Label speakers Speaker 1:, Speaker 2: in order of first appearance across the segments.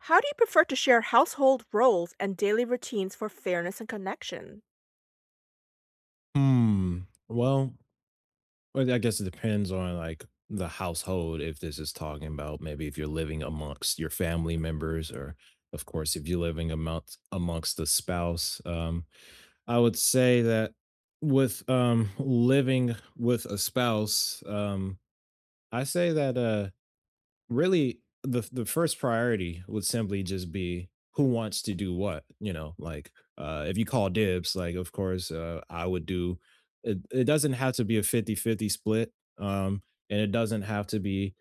Speaker 1: How do you prefer to share household roles and daily routines for fairness and connection?
Speaker 2: Hmm. Well, but I guess it depends on like the household. If this is talking about maybe if you're living amongst your family members, or of course if you're living amongst the spouse, I would say that with living with a spouse, I say that really the first priority would simply just be who wants to do what like if you call dibs, like of course I would do it. It doesn't have to be a fifty-fifty split. um and it doesn't have to be,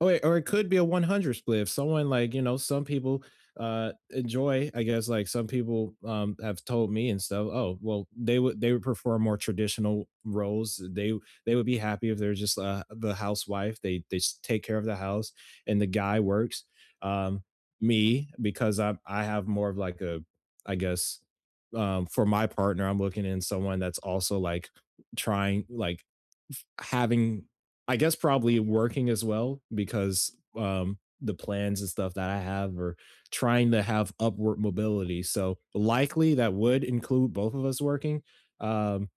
Speaker 2: oh wait, or it could be a 100 split if someone, like, some people enjoy, I guess. Like some people have told me and stuff, oh well, they would prefer more traditional roles. They would be happy if they're just the housewife. They take care of the house and the guy works. Um, Me, because I have more of like a, I guess, for my partner, I'm looking in someone that's also like trying, like having, I guess, probably working as well, because the plans and stuff that I have are trying to have upward mobility. So likely that would include both of us working. Um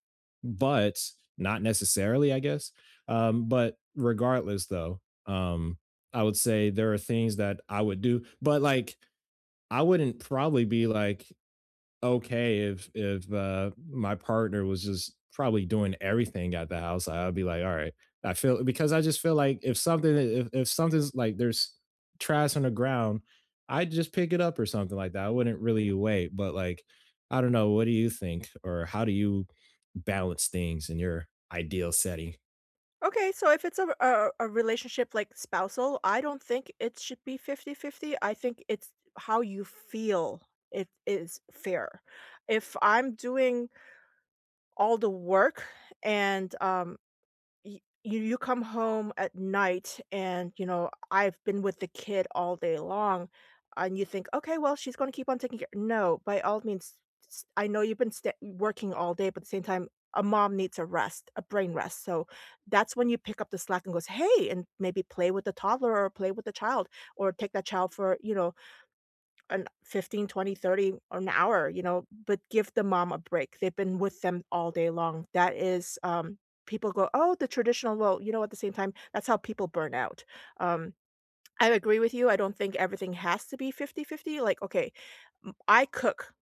Speaker 2: but not necessarily, I guess. But regardless though, um I would say there are things that I would do, but like I wouldn't probably be like, okay, if my partner was just probably doing everything at the house, I'd be like, all right, I feel, because I just feel like if something, if something's like there's trash on the ground, I'd just pick it up or something like that. I wouldn't really wait, but like, I don't know, what do you think, or how do you balance things in your ideal setting?
Speaker 1: Okay, so if it's a relationship like spousal, I don't think it should be fifty-fifty. I think it's how you feel it is fair. If I'm doing all the work and Y you you come home at night and, you know, I've been with the kid all day long, and you think, "Okay, well, she's gonna keep on taking care." No, by all means, s I know you've been sta working all day, but at the same time, a mom needs a rest, a brain rest, so that's when you pick up the slack and goes, "Hey," and maybe play with the toddler or play with the child or take that child for, you know, an fifteen, twenty, thirty or an hour, you know, but give the mom a break. They've been with them all day long. That is, people go, oh, the traditional. Well, you know, at the same time, that's how people burn out. Um, I agree with you. I don't think everything has to be fifty-fifty. Like, okay, m I cook.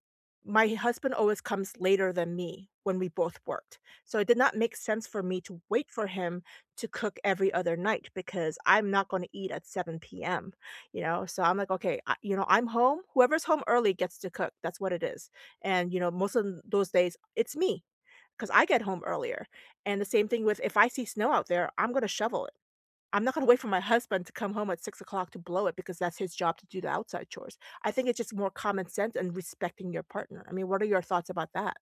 Speaker 1: My husband always comes later than me when we both worked. So it did not make sense for me to wait for him to cook every other night because I'm not gonna eat at 7 p.m., you know? So I'm like, "Okay, I you know, I'm home. Whoever's home early gets to cook." That's what it is. And, you know, most of those days, it's me because I get home earlier. And the same thing with if I see snow out there, I'm gonna shovel. I'm not gonna wait for my husband to come home at 6 o'clock to blow it because that's his job to do the outside chores. I think it's just more common sense and respecting your partner. I mean, what are your thoughts about that?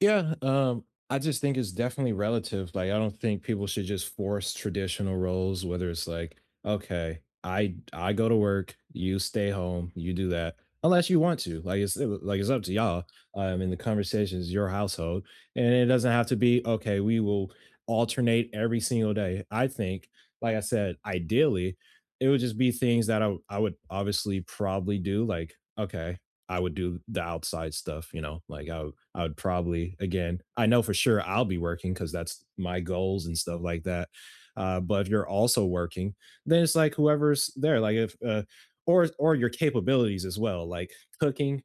Speaker 2: Yeah, I just think it's definitely relative. Like, I don't think people should just force traditional roles, whether it's like, okay, I go to work, you stay home, you do that, unless you want to. Like it's up to y'all. And the conversation is your household, and it doesn't have to be, okay, we will alternate every single day. I think, like I said, ideally, it would just be things that I would obviously probably do. Like, okay, I would do the outside stuff, you know, like I would probably, again, I know for sure I'll be working because that's my goals and stuff like that. But if you're also working, then it's like whoever's there, like if, or your capabilities as well, like cooking,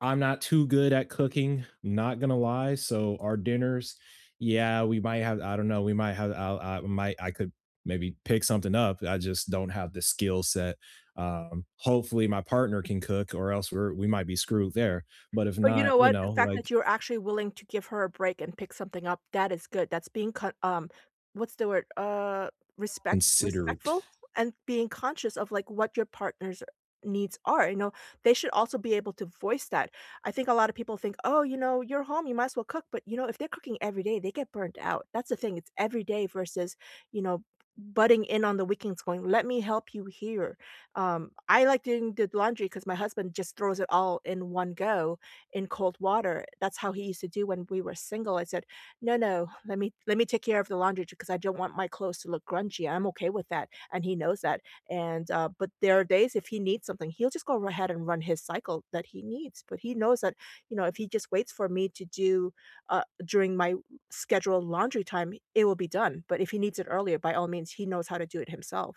Speaker 2: I'm not too good at cooking, not gonna lie. So our dinners, yeah, we might have, I don't know, we might have, I might, I could maybe pick something up. I just don't have the skill set. Hopefully my partner can cook, or else we might be screwed there. But if
Speaker 1: But you
Speaker 2: not,
Speaker 1: know
Speaker 2: you
Speaker 1: what? The
Speaker 2: know,
Speaker 1: fact
Speaker 2: like,
Speaker 1: that you're actually willing to give her a break and pick something up, that is good. That's being con what's the word?
Speaker 2: consider it.
Speaker 1: Respectful and being conscious of, like, what your partner's needs are, you know? They should also be able to voice that. I think a lot of people think, "Oh, you know, you're home, you might as well cook," but, you know, if they're cooking every day, they get burnt out. That's the thing, it's every day versus, you know, butting in on the weekends going, "Let me help you here." I like doing the laundry because my husband just throws it all in one go in cold water. That's how he used to do when we were single. I said, "No, no, let me take care of the laundry because I don't want my clothes to look grungy. I'm okay with that." And he knows that. And but there are days if he needs something, he'll just go ahead and run his cycle that he needs. But he knows that, you know, if he just waits for me to do during my scheduled laundry time, it will be done. But if he needs it earlier, by all means, he knows how to do it himself.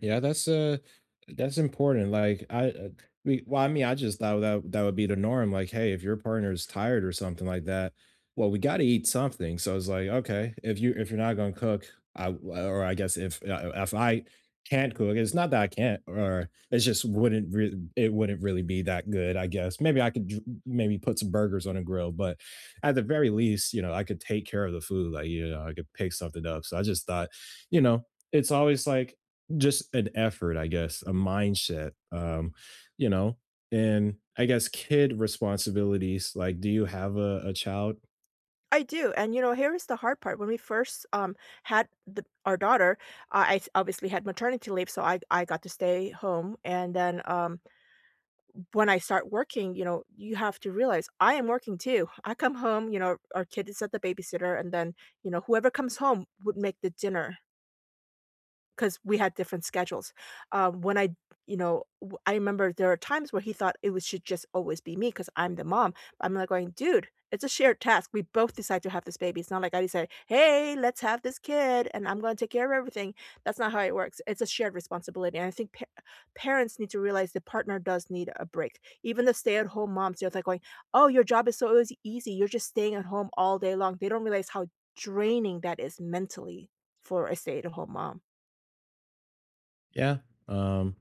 Speaker 2: Yeah, that's important. Like I we well, I mean, I just thought that that would be the norm. Like, hey, if your partner is tired or something like that, well, we got to eat something. So it's like, okay, if you're not going to cook, I guess if I can't cook, it's not that I can't, or it's just wouldn't re- it wouldn't really be that good. I guess maybe I could maybe put some burgers on a grill, but at the very least, I could take care of the food. Like, I could pick something up. So I just thought, you know, it's always like just an effort, I guess, a mindset, you know, and I guess kid responsibilities. Like, do you have a child?
Speaker 1: I do, and, you know, here is the hard part. When we first, had the our daughter, I s obviously had maternity leave, so I got to stay home, and then, when I start working, you know, you have to realize I am working too. I come home, you know, our kid is at the babysitter, and then, you know, whoever comes home would make the dinner. 'Cause we had different schedules. When I you know, w I remember there are times where he thought it was should just always be me because 'cause I'm the mom. I'm, like, going, "Dude, it's a shared task. We both decide to have this baby. It's not like 'Hey, let's have this kid, and I'm gonna take care of everything.' That's not how it works. It's a shared responsibility, and I think pa parents need to realize the partner does need a break. Even the stay-at-home moms, they're, like, going, "Oh, your job is so easy. You're just staying at home all day long." They don't realize how draining that is mentally for a stay-at-home mom.
Speaker 2: Yeah. Um,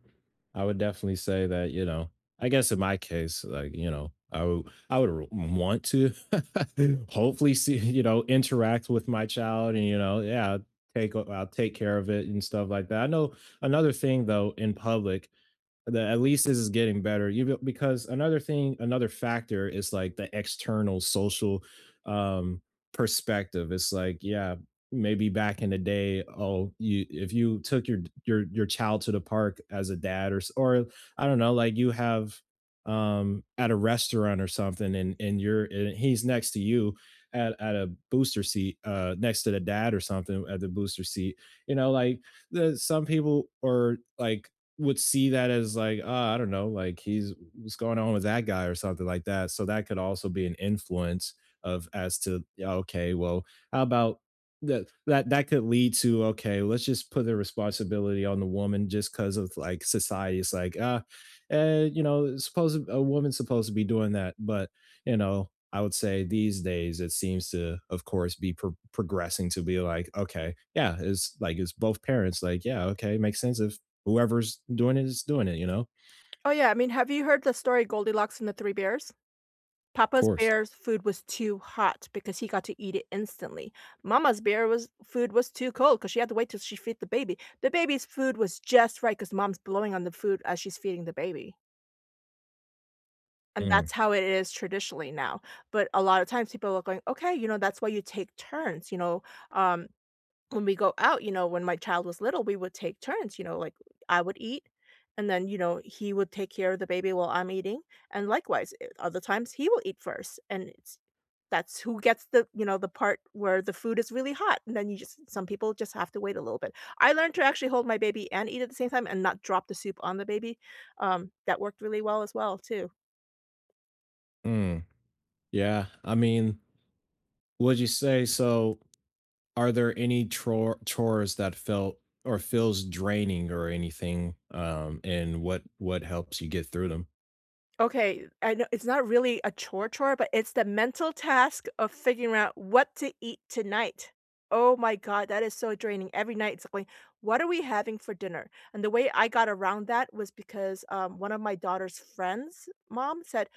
Speaker 2: I would definitely say that, I guess in my case, like, I would want to hopefully see, interact with my child and, yeah, I'll take care of it and stuff like that. I know another thing though in public. That, at least this is getting better, you, because another thing, another factor is like the external social um perspective. It's like, yeah, maybe back in the day, oh, you, if you took your child to the park as a dad, or I don't know, like you have, at a restaurant or something, and you're and he's next to you, at a booster seat, next to the dad or something, at the booster seat, you know, like the some people are like would see that as like, I don't know, like he's, what's going on with that guy or something like that. So that could also be an influence of, as to, yeah, okay, well, how about that that could lead to, okay, let's just put the responsibility on the woman just because of like society. It's like, it's supposed a woman's supposed to be doing that, but, I would say these days it seems to, of course, be progressing to be like, okay, yeah, it's like it's both parents, like, yeah, okay, makes sense if whoever's doing it is doing it, you know? Of
Speaker 1: Oh, yeah, I mean, have you heard the story Goldilocks and the 3 Bears? Papa's
Speaker 2: course.
Speaker 1: bear's food was too hot because he got to eat it instantly. Mama's bear was food was too cold because she had to wait till she feed the baby. The baby's food was just right because mom's blowing on the food as she's feeding the baby, and
Speaker 2: Mm,
Speaker 1: that's how it is traditionally now, but a lot of times people are going, "Okay, you know, that's why you take turns," you know, um, when we go out, you know, when my child was little, we would take turns, you know, like I would eat and then, you know, he would take care of the baby while I'm eating. And likewise, other times he will eat first. And it's that's who gets the, you know, the part where the food is really hot. And then you just some people just have to wait a little bit. I learned to actually hold my baby and eat at the same time and not drop the soup on the baby. That worked really well as well too.
Speaker 2: mm. Yeah. I mean, would you say so? Are there any chores that felt or feels draining or anything? And what helps you get through them?
Speaker 1: Okay, I know it's not really a chore, but it's the mental task of figuring out what to eat tonight. Oh my god, that is so draining. Every night it's like, "What are we having for dinner?" And the way I got around that was because, one of my daughter's friends' mom said,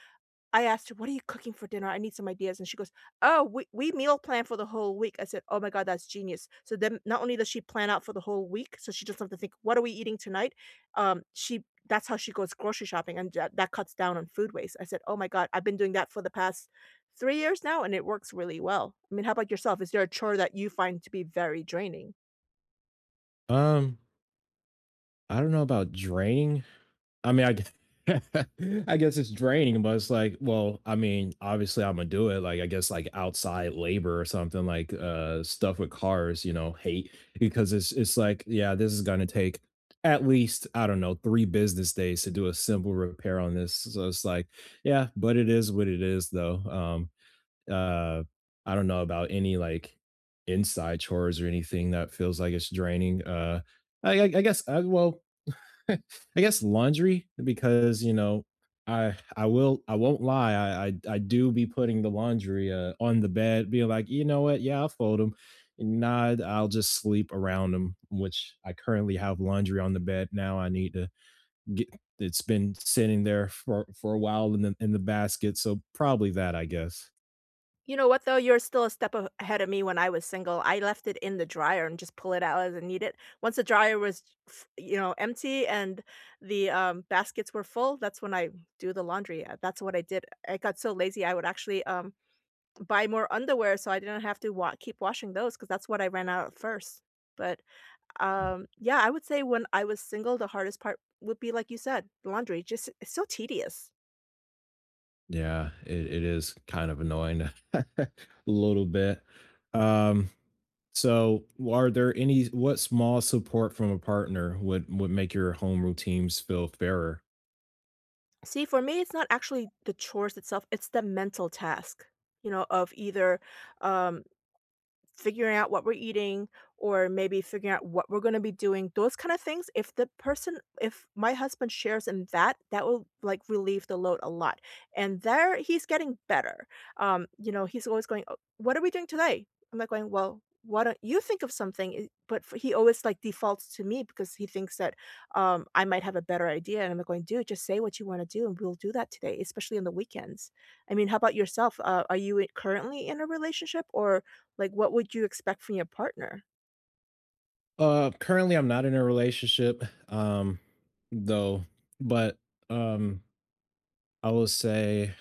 Speaker 1: I asked her, "What are you cooking for dinner? I need some ideas." And she goes, "Oh, we meal plan for the whole week." I said, "Oh my god, that's genius." So then not only does she plan out for the whole week, so she doesn't have to think, "What are we eating tonight?" She that's how she goes grocery shopping and that cuts down on food waste. I said, "Oh my god, I've been doing that for the past 3 years now and it works really well." I mean, how about yourself? Is there a chore that you find to be very draining?
Speaker 2: Um, I don't know about draining. I mean, I guess it's draining, but it's like, well, I mean, obviously I'm gonna do it. Like, I guess like outside labor or something, like stuff with cars, hate because it's like, yeah, this is gonna take at least, I don't know, 3 business days to do a simple repair on this. So it's like, yeah, but it is what it is though. Uh I, don't know about any like inside chores or anything that feels like it's draining. I guess well, I guess laundry, because I won't lie. I do be putting the laundry on the bed, being like, you know what, yeah, I'll fold them. Nah, I'll just sleep around them, which I currently have laundry on the bed now. I need to get, it's been sitting there for a while, in the basket, so probably that, I guess.
Speaker 1: You know what, though? You're still a step a ahead of me when I was single. I left it in the dryer and just pull it out as I need it. Once the dryer was, f you know, empty and the, baskets were full, that's when I do the laundry. That's what I did. I got so lazy, I would actually, buy more underwear so I didn't have to wa keep washing those because that's what I ran out of first. But, yeah, I would say when I was single, the hardest part would be like you said, laundry. Just it's so tedious.
Speaker 2: Yeah, it is kind of annoying, a little bit. um So, are there any what small support from a partner would make your home routines feel fairer?
Speaker 1: See, for me, it's not actually the chores itself, it's the mental task, you know, of either um figuring out what we're eating or maybe figuring out what we're gonna be doing, those kind of things, if the person if my husband shares in that, that will, like, relieve the load a lot, and there he's getting better. You know, he's always going, "Oh, what are we doing today?" I'm like going, "Well, why don't you think of something?" But f he always, like, defaults to me because he thinks that, I might have a better idea, and I'm like going, "Dude, just say what you wanna do, and we'll do that today, especially on the weekends." I mean, how about yourself? Are you I currently in a relationship, or like, what would you expect from your partner?
Speaker 2: Currently I'm not in a relationship, though, but, um, I will say,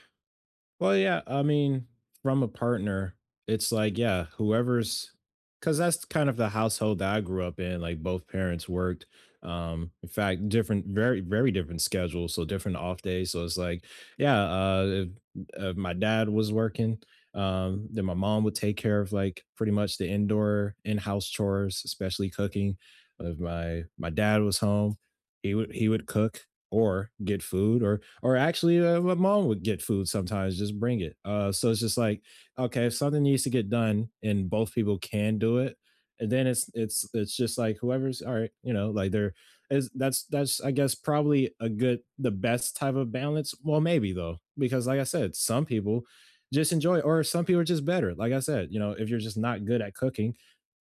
Speaker 2: well, yeah, I mean, from a partner, it's like, yeah, whoever's, because that's kind of the household that I grew up in. Like both parents worked. In fact, different, very, very different schedules, so different off days. So it's like, yeah, if my dad was working, then my mom would take care of like pretty much the indoor in-house chores, especially cooking. If my dad was home, he would cook or get food, or actually my mom would get food sometimes, just bring it, so it's just like, okay, if something needs to get done and both people can do it, and then it's just like whoever's all right, like, they're, is, that's I guess probably a good the best type of balance, well, maybe though, because like I said, some people just enjoy, or some people are just better, like I said, if you're just not good at cooking,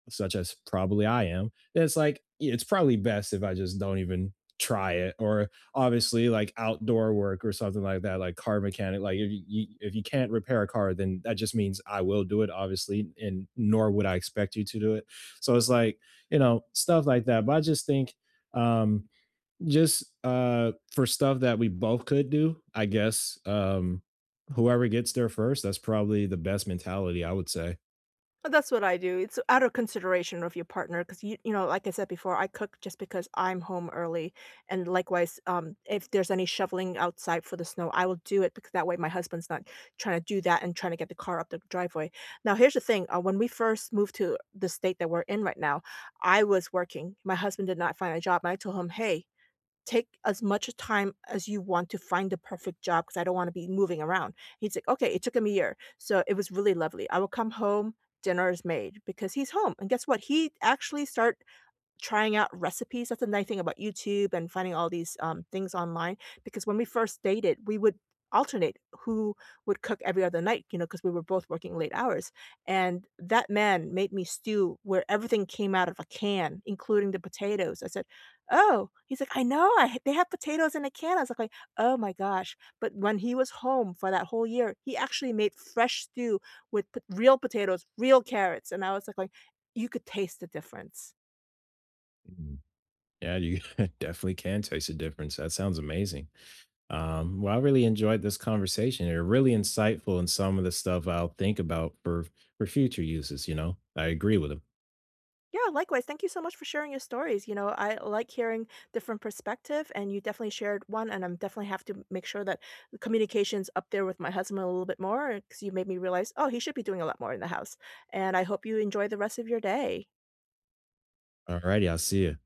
Speaker 2: such as probably I am, then it's like, yeah, it's probably best if I just don't even try it. Or obviously, like outdoor work or something like that, like car mechanic. Like if you can't repair a car, then that just means I will do it, obviously, and nor would I expect you to do it. So it's like, stuff like that. But I just think, um just for stuff that we both could do, I guess, whoever gets there first, that's probably the best mentality, I would say.
Speaker 1: Well, that's what I do. It's out of consideration of your partner because you know, like I said before, I cook just because I'm home early, and likewise, if there's any shoveling outside for the snow, I will do it because that way my husband's not trying to do that and trying to get the car up the driveway. Now, here's the thing: when we first moved to the state that we're in right now, I was working. My husband did not find a job, and I told him, "Hey, take as much time as you want to find the perfect job because I don't want to be moving around." He's like, okay, it took him a year. So it was really lovely. I will come home, dinner is made because he's home. And guess what? He actually start trying out recipes. That's the nice thing about YouTube and finding all these, things online, because when we first dated, we would alternate who would cook every other night, you know, because we were both working late hours, and that man made me stew where everything came out of a can, including the potatoes. I said, "Oh." He's like, "I know, I they have potatoes in a can." I was like, "Oh my gosh." But when he was home for that whole year, he actually made fresh stew with p real potatoes, real carrots, and I was like going, "You could taste the difference."
Speaker 2: Yeah, you definitely can taste a difference. That sounds amazing. Well, I really enjoyed this conversation. You're really insightful in some of the stuff I'll think about for future uses. You know, I agree with them.
Speaker 1: Yeah, likewise. Thank you so much for sharing your stories. You know, I like hearing different perspective and you definitely shared one and I'm definitely have to make sure that the communication's up there with my husband a little bit more because you made me realize, oh, he should be doing a lot more in the house. And I hope you enjoy the rest of your day.
Speaker 2: All righty, I'll see you.